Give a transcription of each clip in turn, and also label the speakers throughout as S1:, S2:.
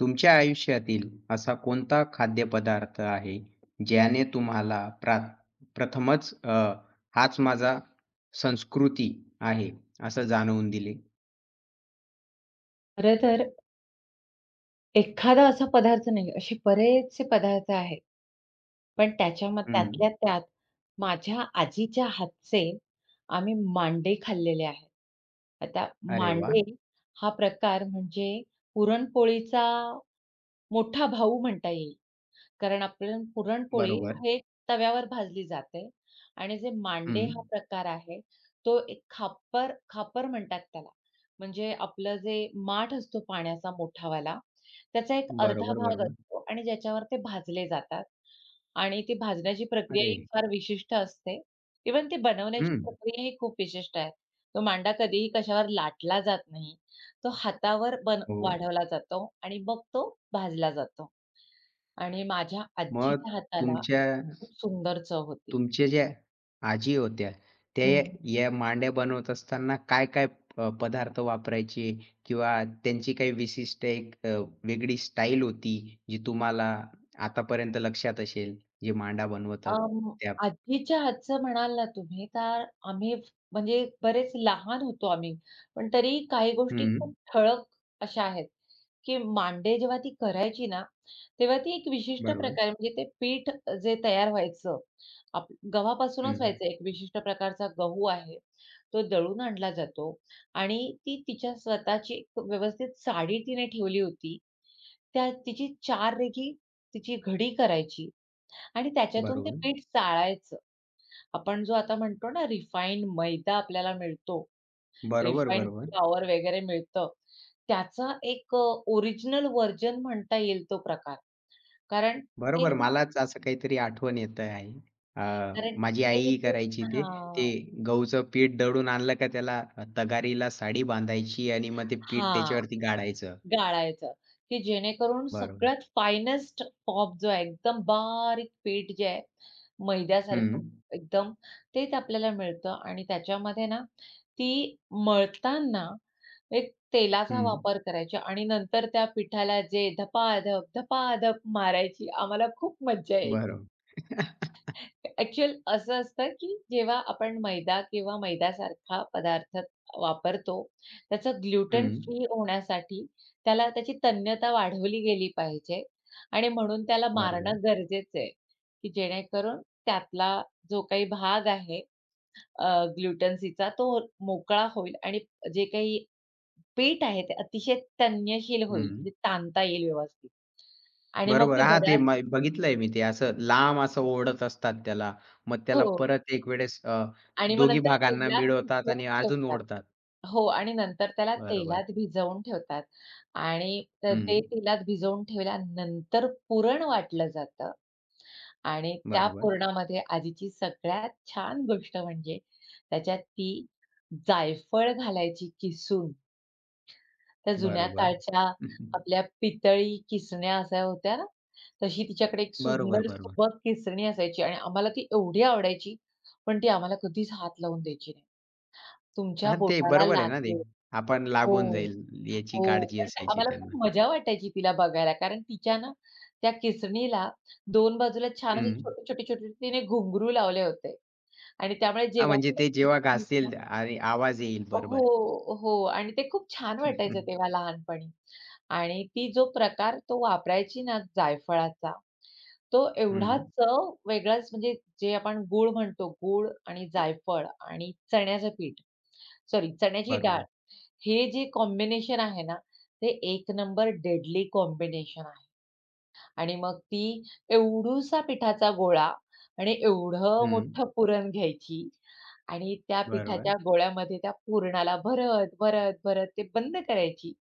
S1: तुमच्या आयुष्यातील असा कोणता खाद्यपदार्थ आहे, ज्याने तुम्हाला प्रथमच हाच माझा संस्कृती आहे, असं जाणवून दिले?
S2: खरं तर एखादा असा पदार्थ नाही, असे बरेचसे पदार्थ आहेत. पण
S1: हं.
S2: त्यातल्या त्यात माझ्या आजीच्या हातचे आम्ही मांडे खाल्लेले आहेत. आता
S1: अरे वा.
S2: मांडे हा प्रकार म्हणजे पुरणपोळीचा मोठा भाऊ म्हणता येईल. कारण आपल्याला पुरणपोळी
S1: बरोबर.
S2: हे तव्यावर भाजली जाते आणि जे मांडे
S1: हं.
S2: हा प्रकार आहे, तो एक खापर खापर म्हणतात त्याला. म्हणजे आपलं जे माठ असतो पाण्याचा मोठावाला, त्याचा एक अर्धा
S1: बरोबर,
S2: भाग
S1: बरोबर.
S2: असतो आणि ज्याच्यावर ते भाजले जातात आणि ती भाजण्याची प्रक्रिया
S1: अरे!
S2: ही फार विशिष्ट असते. इव्हन ती बनवण्याची
S1: हं.
S2: प्रक्रिया ही खूप विशिष्ट आहे. तो मांडा कधीही कशावर लाटला जात नाही. तो हातावर बन
S1: हो.
S2: वाढवला जातो आणि मग तो भाजला जातो. आणि माझ्या
S1: मग
S2: आजीच्या हाताला
S1: तुमच्या
S2: खूप सुंदर चव होती.
S1: तुमच्या ज्या आजी होत्या, त्या
S2: हं.
S1: या या मांड्या बनवत असताना काय-काय पदार्थ वापरायचे किंवा त्यांची काही विशिष्ट वेगळी स्टाईल होती, जी तुम्हाला आतापर्यंत लक्षात असेल, जे मांडा बनवतात
S2: अं,
S1: त्या?
S2: आजीच्या हातचं म्हणाल ना तुम्ही, तर आम्ही म्हणजे बरेच लहान होतो आम्ही, पण तरी काही गोष्टी
S1: हं.
S2: खूप ठळक अशा आहेत, की मांडे जेव्हा ती करायची ना, तेव्हा ती एक विशिष्ट
S1: बरोबर.
S2: प्रकारे म्हणजे ते पीठ जे तयार व्हायचं, आप गव्हापासूनच
S1: हं.
S2: व्हायचं. एक विशिष्ट प्रकारचा गहू आहे, तो दळून आणला जातो आणि ती तिच्या स्वतःची एक व्यवस्थित साडी तिने ठेवली होती. त्या तिची 4 रेघी तिची घडी करायची आणि त्याच्यातून ते
S1: बरोबर.
S2: पीठ चाळायचं. आपण जो आता म्हणतो ना रिफाइंड मैदा आपल्याला मिळतो,
S1: बरोबर,
S2: रिफाइंड
S1: बरोबर.
S2: फ्लॉवर वगैरे मिळतं. त्याचा एक ओरिजिनल व्हर्जन म्हणता येईल तो प्रकार. कारण ते
S1: बरोबर. मलाच असं काहीतरी आठवण येत आहे. अ,
S2: कारण
S1: माझी
S2: ते
S1: आई करायची ते. ते
S2: हां,
S1: गहूचं पीठ दळून आणलं का त्याला तगारीला साडी बांधायची आणि मग ते पीठ
S2: हां.
S1: त्याच्यावरती गाळायचं.
S2: गाळायचं, की जेणेकरून
S1: बरोबर.
S2: सगळ्यात फायनेस्ट पॉप जो आहे, एकदम बारीक पीठ जे आहे,
S1: हं,
S2: मैद्यासारखं एकदम तेच आपल्याला मिळतं आणि त्याच्यामध्ये ना, ती मळताना एक तेलाचा
S1: हं.
S2: वापर करायचा आणि नंतर त्या पिठाला जे धपाधप, धपाधप मारायची आम्हाला खूप मज्जा यायची.
S1: बरोबर.
S2: ॲक्चुअल असं असतं, की जेव्हा आपण मैदा किंवा मैद्यासारखा पदार्थ वापरतो, त्याचं ग्लुटन
S1: हं.
S2: फ्री होण्यासाठी त्याला त्याची तन्यता वाढवली गेली पाहिजे आणि म्हणून त्याला
S1: बरोबर.
S2: मारणं गरजेचं आहे, की जेणेकरून त्यातला जो काही भाग आहे ग्लुटन्सीचा तो मोकळा होईल आणि जे काही पीठ आहे ते अतिशय तन्यशील होईल,
S1: हं.
S2: म्हणजे ताणता येईल व्यवस्थित आणि मग
S1: बरोबर.
S2: ते
S1: हां, ते
S2: बऱ्याच
S1: म बघितलंय मी ते असं लांब असं ओढत असतात त्याला. मग
S2: हो.
S1: त्याला परत एक वेळेस
S2: आणि मग
S1: दोघी
S2: नंतर
S1: भागांना
S2: तेलात
S1: मिळवतात
S2: भिजवून
S1: आणि अजून
S2: ठेवतात.
S1: ओढतात.
S2: हो आणि नंतर त्याला
S1: बरोबर.
S2: तेलात भिजवून ठेवतात आणि तर
S1: हं.
S2: ते तेलात भिजवून ठेवल्यानंतर पुरण वाटलं जातं आणि त्या
S1: बरोबर.
S2: पुरणामध्ये आजीची सगळ्यात छान गोष्ट म्हणजे त्याच्यात ती जायफळ घालायची किसून. त्या जुन्या
S1: बरोबर.
S2: काळच्या आपल्या पितळी किसण्या अशा होत्या ना, तशी तिच्याकडे एक
S1: बरोबर,
S2: सुंदर
S1: बरोबर.
S2: सुबक किसणी असायची आणि आम्हाला ती एवढी आवडायची, पण ती आम्हाला कधीच हात लावून द्यायची नाही. तुमच्या
S1: हां, ते
S2: बोटाला
S1: बरोबर आहे ना ते.
S2: लागले.
S1: आपण लागून
S2: हो,
S1: जाईल याची
S2: हो.
S1: काळजी
S2: पण ते
S1: असायची
S2: आम्हाला खूप
S1: त्यांना.
S2: मजा वाटायची तिला बघायला. कारण तिच्या ना त्या केसरीला 2 बाजूला छान असे
S1: हं.
S2: छोटे, छोटे, छोटे तिने घुंगरू लावले होते आणि त्यामुळे
S1: हां,
S2: जेव्हा
S1: म्हणजे
S2: पण
S1: ते
S2: ते
S1: जेव्हा घासतील आणि आवाज येईल बरोबर.
S2: हो, हो. आणि ते खूप छान वाटायचं तेव्हा लहानपणी. आणि ती जो प्रकार तो वापरायची ना जायफळाचा, तो एवढा
S1: हं.
S2: चव वेगळाच म्हणजे जे आपण गूळ म्हणतो, गूळ आणि जायफळ आणि चण्याचं पीठ सॉरी चण्याची डाळ
S1: बरोबर.
S2: हे जे कॉम्बिनेशन आहे ना, ते एक नंबर डेडली कॉम्बिनेशन आहे. आणि मग ती एवढूसा पिठाचा गोळा आणि एवढं
S1: हं.
S2: मोठं पुरण घ्यायची आणि त्या
S1: बरोबर.
S2: पिठाच्या गोळ्यामध्ये त्या पुरणाला भरत, भरत, भरत ते बंद करायची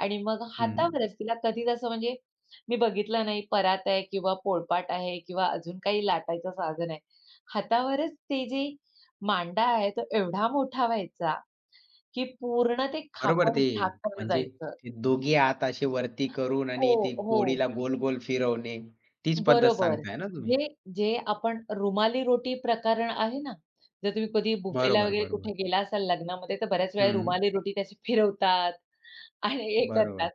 S2: आणि मग
S1: हं.
S2: हातावरच तिला कधीच असं म्हणजे मी बघितलं नाही परात आहे किंवा पोळपाट आहे किंवा अजून काही लाटायचं साधन आहे. हातावरच ते जे मांडा आहे तो एवढा मोठा व्हायचा की पूर्ण ते
S1: बरोबर
S2: खापड
S1: ते
S2: झाकलं
S1: म्हणजे
S2: जायचं.
S1: ते दोघे हात असे वरती करून
S2: हो,
S1: आणि ती
S2: हो.
S1: पोळीला गोल-गोल फिरवणे, तीच पद्धत
S2: बरोबर.
S1: सांगताय ना
S2: जे
S1: तुम्ही?
S2: जे आपण रुमाली रोटी प्रकरण आहे ना, जर तुम्ही कधी बुफेला
S1: बरोबर,
S2: वगैरे
S1: बरोबर.
S2: कुठे गेला असाल लग्नामध्ये, तर बऱ्याच वेळा
S1: हं.
S2: रुमाली रोटी त्याची फिरवतात आणि हे करतात.
S1: बरोबर.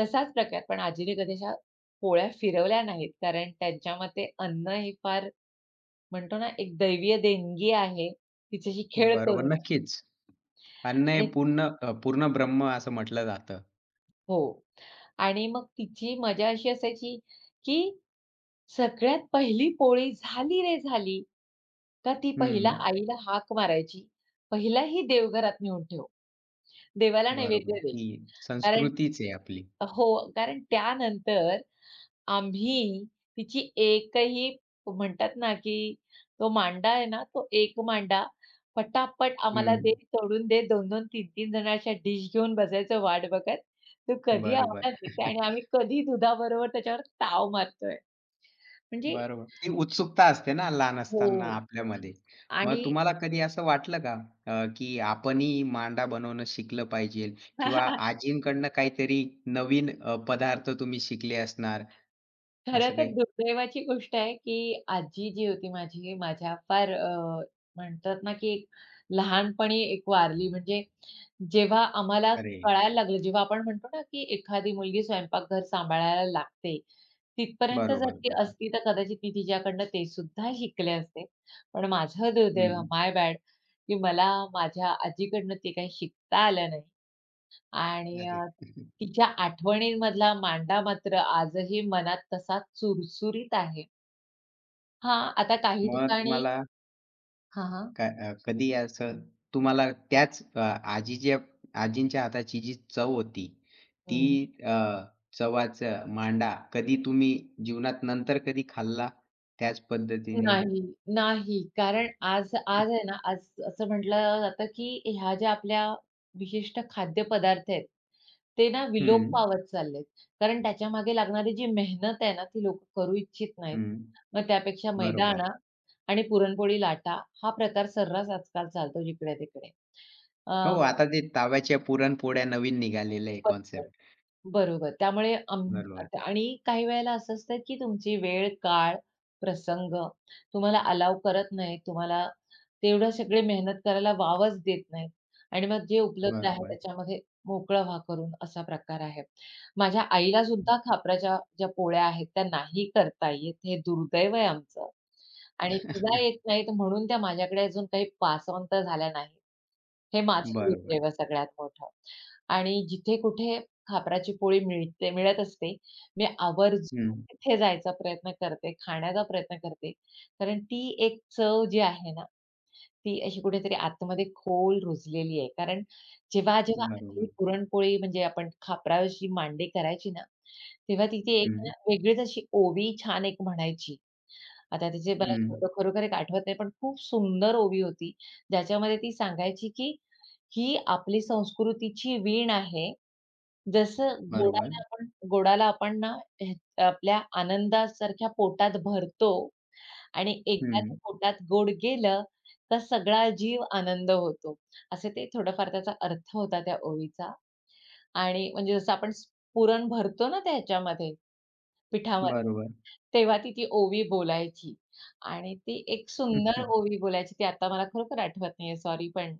S2: तसाच प्रकार पण आजीने कधी अशा पोळ्या फिरवल्या नाहीत. कारण त्यांच्या मते अन्न हे फार म्हणतो ना, एक दैवीय देणगी आहे. तिच्याशी खेळ
S1: बरोबर,
S2: करू नये
S1: नक्कीच. अन्न
S2: आणि
S1: हे पूर्ण ब्रह्म असं म्हटलं जातं.
S2: हो. आणि मग तिची मजा अशी असायची की सगळ्यात पहिली पोळी झाली रे झाली, का ती पहिला
S1: हं.
S2: आईला हाक मारायची. पहिला ही देवघरात नेऊन ठेव. देवाला
S1: बरोबर.
S2: नैवेद्य दे.
S1: ती
S2: कारण
S1: संस्कृतीच आहे आपली.
S2: हो, कारण त्यानंतर आम्ही तिची एकही म्हणतात ना, की तो मांडा आहे ना, तो एक मांडा पटापट आम्हाला
S1: हं.
S2: दे, तोडून दे. 2-2, 3-3 जण डिश घेऊन बसायचं वाट बघत. तो कधी
S1: बरोबर.
S2: आम्हाला देते आणि आम्ही कधी दुधाबरोबर त्याच्यावर ताव मारतोय. म्हणजे
S1: बरोबर. ती उत्सुकता असते ना लहान असताना
S2: हो.
S1: आपल्यामध्ये. मग
S2: आणि
S1: तुम्हाला कधी असं वाटलं का की आपणही मांडा बनवणं शिकलं पाहिजे किंवा आजींकडनं काहीतरी नवीन पदार्थ तुम्ही शिकले असणार
S2: खरं
S1: असं
S2: तर
S1: काही?
S2: दुर्दैवाची गोष्ट आहे, की आजी जी होती माझी, माझ्या फार म्हणतात ना, की एक लहानपणी एक वारली. म्हणजे जेव्हा आम्हाला
S1: अरे!
S2: कळायला लागलं, जेव्हा आपण म्हणतो ना, की एखादी मुलगी स्वयंपाकघर सांभाळायला लागते, तिथपर्यंत जर
S1: बरोबर,
S2: ती
S1: बरोबर.
S2: असती, तर कदाचित ती तिच्याकडनं ते सुद्धा शिकले असते. पण माझं दुर्दैव,
S1: हं.
S2: माय बॅड, की मला माझ्या आजीकडनं ते काही शिकता आलं नाही. आणि
S1: अरे!
S2: तिच्या आठवणींमधला मांडा मात्र आजही मनात तसा चुरचुरीत आहे. हां, आता काही
S1: मग
S2: ठिकाणी
S1: तुम्हाला
S2: हां, हां.
S1: काय कधी असं तुम्हाला आजींच्या हाताची जी चव होती, ती
S2: हं.
S1: अ, चवाचा मांडा कधी तुम्ही जीवनात नंतर कधी खाल्ला? त्याच पद्धतीने?
S2: नाही, नाही. कारण आज आज आहे ना, आज असं म्हटलं जातं, की ह्या ज्या आपल्या विशिष्ट खाद्यपदार्थ आहेत, ते ना विलोप
S1: हं,
S2: पावत चाललेत. कारण त्याच्यामागे लागणारी जी मेहनत आहे ना, ती लोकं करू इच्छित नाहीत.
S1: हं.
S2: मग त्यापेक्षा मैदा
S1: बरोबर.
S2: आणा आणि पुरणपोळी लाटा हा प्रकार सर्रास आजकाल चालतो जिकडे-तिकडे.
S1: हो, आता ते तव्याच्या पुरणपोळ्या नवीन निघालेलं आहे
S2: बरोबर,
S1: कॉन्सेप्ट.
S2: बरोबर. त्यामुळे
S1: बरोबर,
S2: आता आणि काही वेळेला असं असतं, की तुमची वेळ, काळ, प्रसंग तुम्हाला अलाव करत नाहीत. तुम्हाला तेवढं सगळे मेहनत करायला वावच देत नाहीत आणि मग जे उपलब्ध आहे
S1: बरोबर.
S2: त्याच्यामध्ये मोकळं व्हा करून असा प्रकार आहे. माझ्या आईला सुद्धा खापराच्या ज्या पोळ्या आहेत त्या नाही करता येत. हे दुर्दैव आहे आमचं आणि तिला येत नाहीत म्हणून त्या माझ्याकडे अजून काही पास झाल्या नाहीत. हे माझं
S1: बरोबर.
S2: दुर्दैव सगळ्यात मोठं. आणि जिथे कुठे खापराची पोळी मिळत असते, मी
S1: हं,
S2: आवर्जून तिथे जायचा प्रयत्न करते, खाण्याचा प्रयत्न करते. कारण ती एक चव जी आहे ना, ती अशी कुठेतरी आतमध्ये खोल रुजलेली आहे. कारण जेव्हा-जेव्हा आधी
S1: बरोबर.
S2: पुरणपोळी म्हणजे आपण खापराची मांडे करायची ना, तेव्हा तिथे एक
S1: हं,
S2: ना वेगळीच अशी ओवी छान एक म्हणायची. आता तिचे मला
S1: हं.
S2: शब्द खरोखर एक आठवत नाही, पण खूप सुंदर ओवी होती. ज्याच्यामध्ये ती सांगायची की ही आपली संस्कृतीची वीण आहे. जसं
S1: बरोबर.
S2: गोडाला आपण ना ह आपल्या आनंदासारख्या पोटात भरतो आणि एकदा ते
S1: हं,
S2: पोटात गोड गेलं, तर सगळा जीव आनंद होतो. असे ते थोडंफार त्याचा अर्थ होता त्या ओवीचा आणि म्हणजे जसं पुरण भरतो ना त्याच्यामध्ये, पिठामध्ये,
S1: बरोबर.
S2: तेव्हा ती ती ओवी बोलायची आणि ती एक
S1: हं,
S2: सुंदर
S1: हं.
S2: ओवी बोलायची. ती आता मला खरोखर आठवत नाहीये, सॉरी पण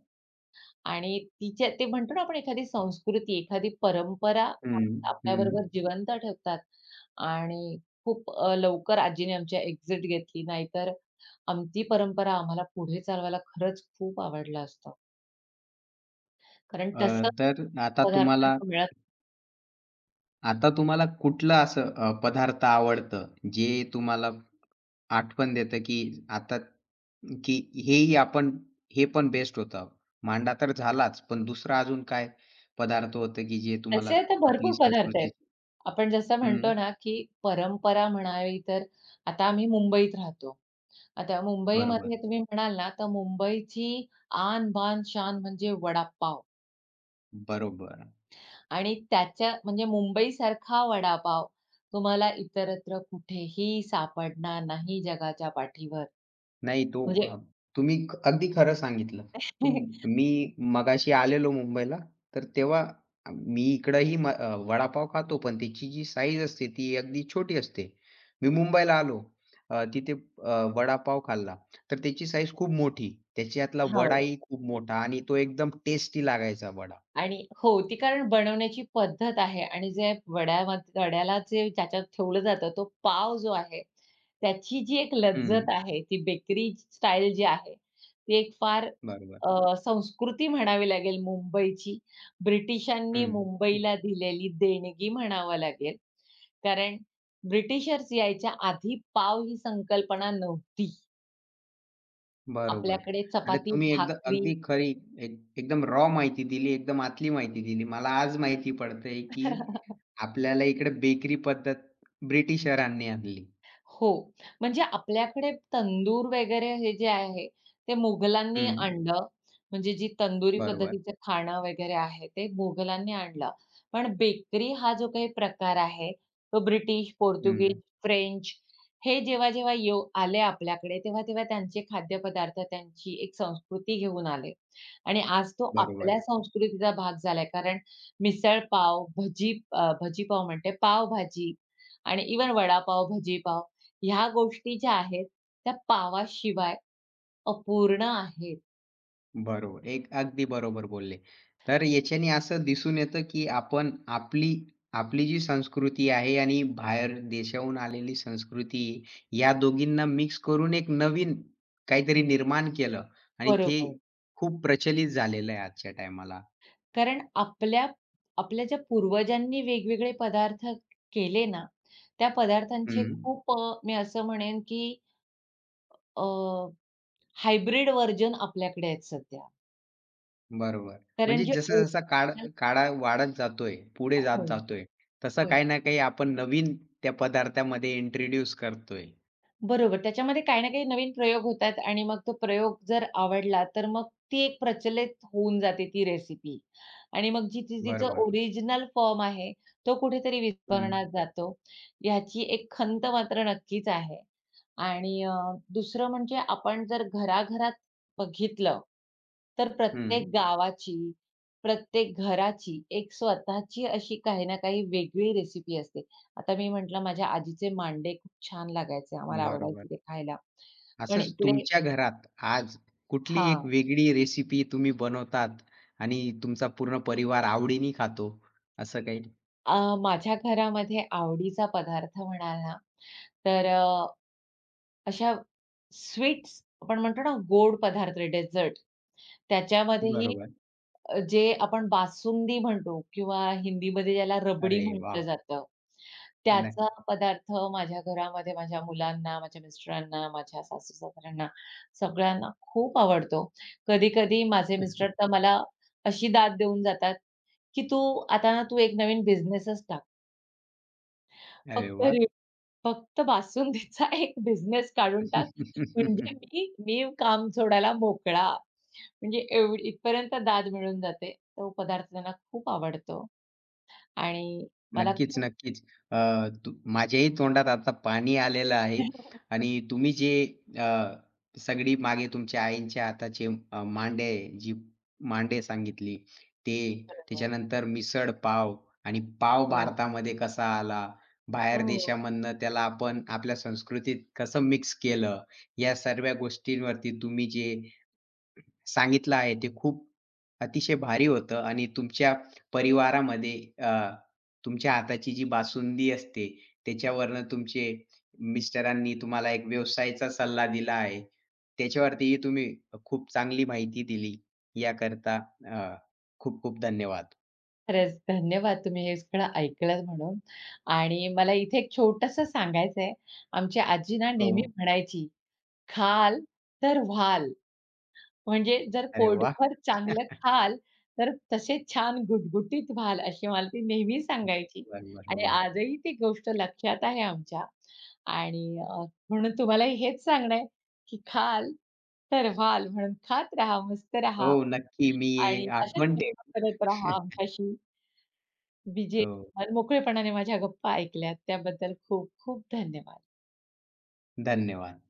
S2: आणि तिच्या ते म्हणतो ना आपण एखादी संस्कृती, एखादी परंपरा आपल्याबरोबर जिवंत ठेवतात आणि खूप लवकर आजीने आमची एक्झिट घेतली. नाहीतर आमची परंपरा आम्हाला पुढे चालवायला खरंच खूप आवडलं असतं. कारण
S1: अ,
S2: तसं
S1: तर आता तुम्हाला
S2: पदार्थ मिळत
S1: आता तुम्हाला कुठलं असं पदार्थ आवडतं, जे तुम्हाला आठवण देतं, की आता की हेही आपण हे पण बेस्ट होतं. मांडा तर झालाच, पण दुसरा अजून काय पदार्थ होतं, की जे तुम्हाला
S2: तसे तर
S1: आपली
S2: भरपूर पदार्थ आहेत.
S1: संस्कृती
S2: आपण जसं
S1: हं,
S2: म्हणतो ना, की परंपरा म्हणावी तर आता आम्ही मुंबईत राहतो. आता
S1: बरोबर,
S2: मुंबईमध्ये तुम्ही म्हणाल ना, तर मुंबईची आन, बान, शान म्हणजे वडापाव.
S1: बरोबर.
S2: आणि त्याच्या म्हणजे मुंबईसारखा वडापाव तुम्हाला इतरत्र कुठेही सापडणार नाही जगाच्या पाठीवर.
S1: नाही तो
S2: म्हणजे
S1: अगदी खरं सांगितलं. तुम मी मगाशी आलेलो मुंबईला, तर तेव्हा मी इकडंही वडापाव खातो, पण त्याची जी साईज असते ती अगदी छोटी असते. मी मुंबईला आलो, तिथे वडापाव खाल्ला, तर त्याची साईज खूप मोठी. त्याच्यातला
S2: हो.
S1: वडाही खूप मोठा आणि तो एकदम टेस्टी लागायचा वडा.
S2: आणि हो, ती कारण बनवण्याची पद्धत आहे आणि जे वड्यामध्ये वड्याला जे त्याच्यात ठेवलं जातं, तो पाव जो आहे, त्याची जी एक लज्जत
S1: हं,
S2: आहे, ती बेकरी स्टाईल जी आहे, ती एक फार
S1: बरोबर.
S2: संस्कृती म्हणावी लागेल मुंबईची. ब्रिटिशांनी
S1: हं.
S2: मुंबईला दिलेली देणगी म्हणावं लागेल. कारण ब्रिटिशर्स यायच्या आधी पाव ही संकल्पना नव्हती.
S1: बरोबर.
S2: आपल्याकडे
S1: म्हणजे
S2: चपाती,
S1: तुम्ही एकदा
S2: भाकरी
S1: अगदी खरी एक एकदम रॉ माहिती दिली, एकदम आतली माहिती दिली. मला आज माहिती पडतंय, की आपल्याला इकडे बेकरी पद्धत ब्रिटिशरांनी आणली.
S2: हो. म्हणजे आपल्याकडे तंदूर वगैरे हे जे आहे, ते मुघलांनी
S1: हं.
S2: आणलं. म्हणजे जी तंदुरी
S1: बरोबर.
S2: पद्धतीचं खाणं वगैरे आहे, ते मुघलांनी आणलं. पण बेकरी हा जो काही प्रकार आहे, तो ब्रिटिश, पोर्तुगीज,
S1: हं.
S2: फ्रेंच हे जेव्हा-जेव्हा येऊ आले आपल्याकडे, तेव्हा-तेव्हा त्यांचे खाद्यपदार्थ, त्यांची एक संस्कृती घेऊन आले. आणि आज तो
S1: बरोबर.
S2: आपल्या संस्कृतीचा भाग झालाय. कारण मिसळ पाव, भजी पाव म्हणते, पावभाजी आणि इव्हन वडापाव, भजी पाव ह्या गोष्टी ज्या आहेत, त्या पावाशिवाय अपूर्ण आहेत.
S1: बरोबर. एक अगदी बरोबर बोलले. तर याच्याने असं दिसून येतं, की आपण आपली आपली जी संस्कृती आहे आणि बाहेर देशाहून आलेली संस्कृती या दोघींना मिक्स करून एक नवीन काहीतरी निर्माण केलं आणि ते
S2: बरोबर.
S1: खूप प्रचलित झालेलं आहे आजच्या टायमाला.
S2: कारण आपल्या आपल्या ज्या पूर्वजांनी वेगवेगळे पदार्थ केले ना, त्या पदार्थांचे
S1: हं,
S2: खूप मी असं म्हणेन की अ, हायब्रिड व्हर्जन आपल्याकडे आहेत सध्या.
S1: बरोबर.
S2: कारण
S1: म्हणजे
S2: जे
S1: जसा-जसा काळ
S2: ओरिजिनल
S1: काळ काळा वाढत जातोय, पुढे जात
S2: होय.
S1: जातोय, तसं
S2: होय.
S1: काही ना काही आपण नवीन त्या पदार्थामध्ये इंट्रोड्यूस करतोय.
S2: बरोबर. त्याच्यामध्ये काही ना काही नवीन प्रयोग होतात आणि मग तो प्रयोग जर आवडला, तर मग ती एक प्रचलित होऊन जाते ती रेसिपी आणि मग जी ती तिचं
S1: बरोबर.
S2: ओरिजिनल फॉर्म आहे, तो कुठेतरी
S1: हं,
S2: विस्मरणात जातो. ह्याची एक खंत मात्र नक्कीच आहे. आणि दुसरं म्हणजे आपण जर घराघरात बघितलं, तर
S1: हं.
S2: प्रत्येक गावाची, प्रत्येक घराची एक स्वतःची अशी काही ना काही वेगळी रेसिपी असते. आता मी म्हटलं माझ्या आजीचे मांडे खूप छान लागायचे. आम्हाला आवडायचे
S1: बरोबर.
S2: ते खायला. पण
S1: असंच
S2: इकडे
S1: तुमच्या घरात आज कुठली
S2: हां.
S1: एक वेगळी रेसिपी तुम्ही बनवतात आणि तुमचा पूर्ण परिवार आवडीने खातो, असं काही?
S2: अ, माझ्या घरामध्ये आवडीचा पदार्थ म्हणाल ना, तर अशा स्वीट्स आपण म्हणतो ना गोड पदार्थ डेझर्ट त्याच्यामध्येही
S1: बरोबर.
S2: जे आपण बासुंदी म्हणतो किंवा हिंदीमध्ये ज्याला रबडी
S1: अरे वा,
S2: म्हटलं जातं. त्याचा
S1: नाही.
S2: पदार्थ माझ्या घरामध्ये माझ्या मुलांना, माझ्या मिस्टरांना, माझ्या सासू-सासऱ्यांना सगळ्यांना खूप आवडतो. कधी-कधी माझे मिस्टर तर मला अशी दाद देऊन जातात, की "तू आता ना तू एक नवीन बिझनेसच टाक.
S1: अरे
S2: फक्त
S1: वा,
S2: रि फक्त बासुंदीचा एक बिझनेस काढून टाक, म्हणजे मी मी काम सोडायला मोकळा." म्हणजे एवढी इथपर्यंत दाद मिळून जाते. तो पदार्थ त्यांना खूप आवडतो आणि मला
S1: नक्कीच,
S2: खूप
S1: नक्कीच. अ, तू माझ्याही तोंडात आता पाणी आलेलं आहे आणि तुम्ही जे अ, सगळी मागे तुमच्या आईच्या हाताचे मांडे जी मांडे सांगितली ते,
S2: बरोबर.
S1: त्याच्यानंतर मिसळ पाव आणि पाव
S2: हो,
S1: भारतामध्ये कसा आला, बाहेर
S2: हो.
S1: देशामधनं त्याला आपण आपल्या संस्कृतीत कसं मिक्स केलं, या सर्व गोष्टींवरती तुम्ही जे सांगितलं आहे ते खूप अतिशय भारी होतं आणि तुमच्या परिवारामध्ये अ, तुमच्या हाताची जी बासुंदी असते, त्याच्यावरनं तुमचे मिस्टरांनी तुम्हाला एक व्यवसायाचा सल्ला दिला आहे. त्याच्यावरतीही तुम्ही खूप चांगली माहिती दिली. याकरता खूप खूप धन्यवाद.
S2: खरंच धन्यवाद तुम्ही हे सगळं ऐकलत म्हणून. आणि मला इथे एक छोटंसं सांगायचंय. आमची आजी ना नेहमी
S1: हो.
S2: म्हणायची, "खाल तर व्हाल." म्हणजे जर
S1: अरे वाह!
S2: पोटभर चांगलं खाल, तर तसे छान गुटगुटीत व्हाल, अशी मला ती नेहमी सांगायची.
S1: बरोबर,
S2: आणि
S1: बरोबर.
S2: आजही ती गोष्ट लक्षात आहे आमच्या. आणि म्हणून तुम्हालाही हेच सांगणं आहे, की खाल तर व्हाल म्हणून खात राहा, मस्त
S1: हो,
S2: राहा
S1: नक्की मी हे
S2: आणि अशाच
S1: आठवण
S2: गप्पा
S1: ठेवेल.
S2: करत राहा आमच्याशी. विजय
S1: हो,
S2: मोकळेपणाने माझ्या गप्पा ऐकल्यात त्याबद्दल खूप खूप धन्यवाद.
S1: धन्यवाद.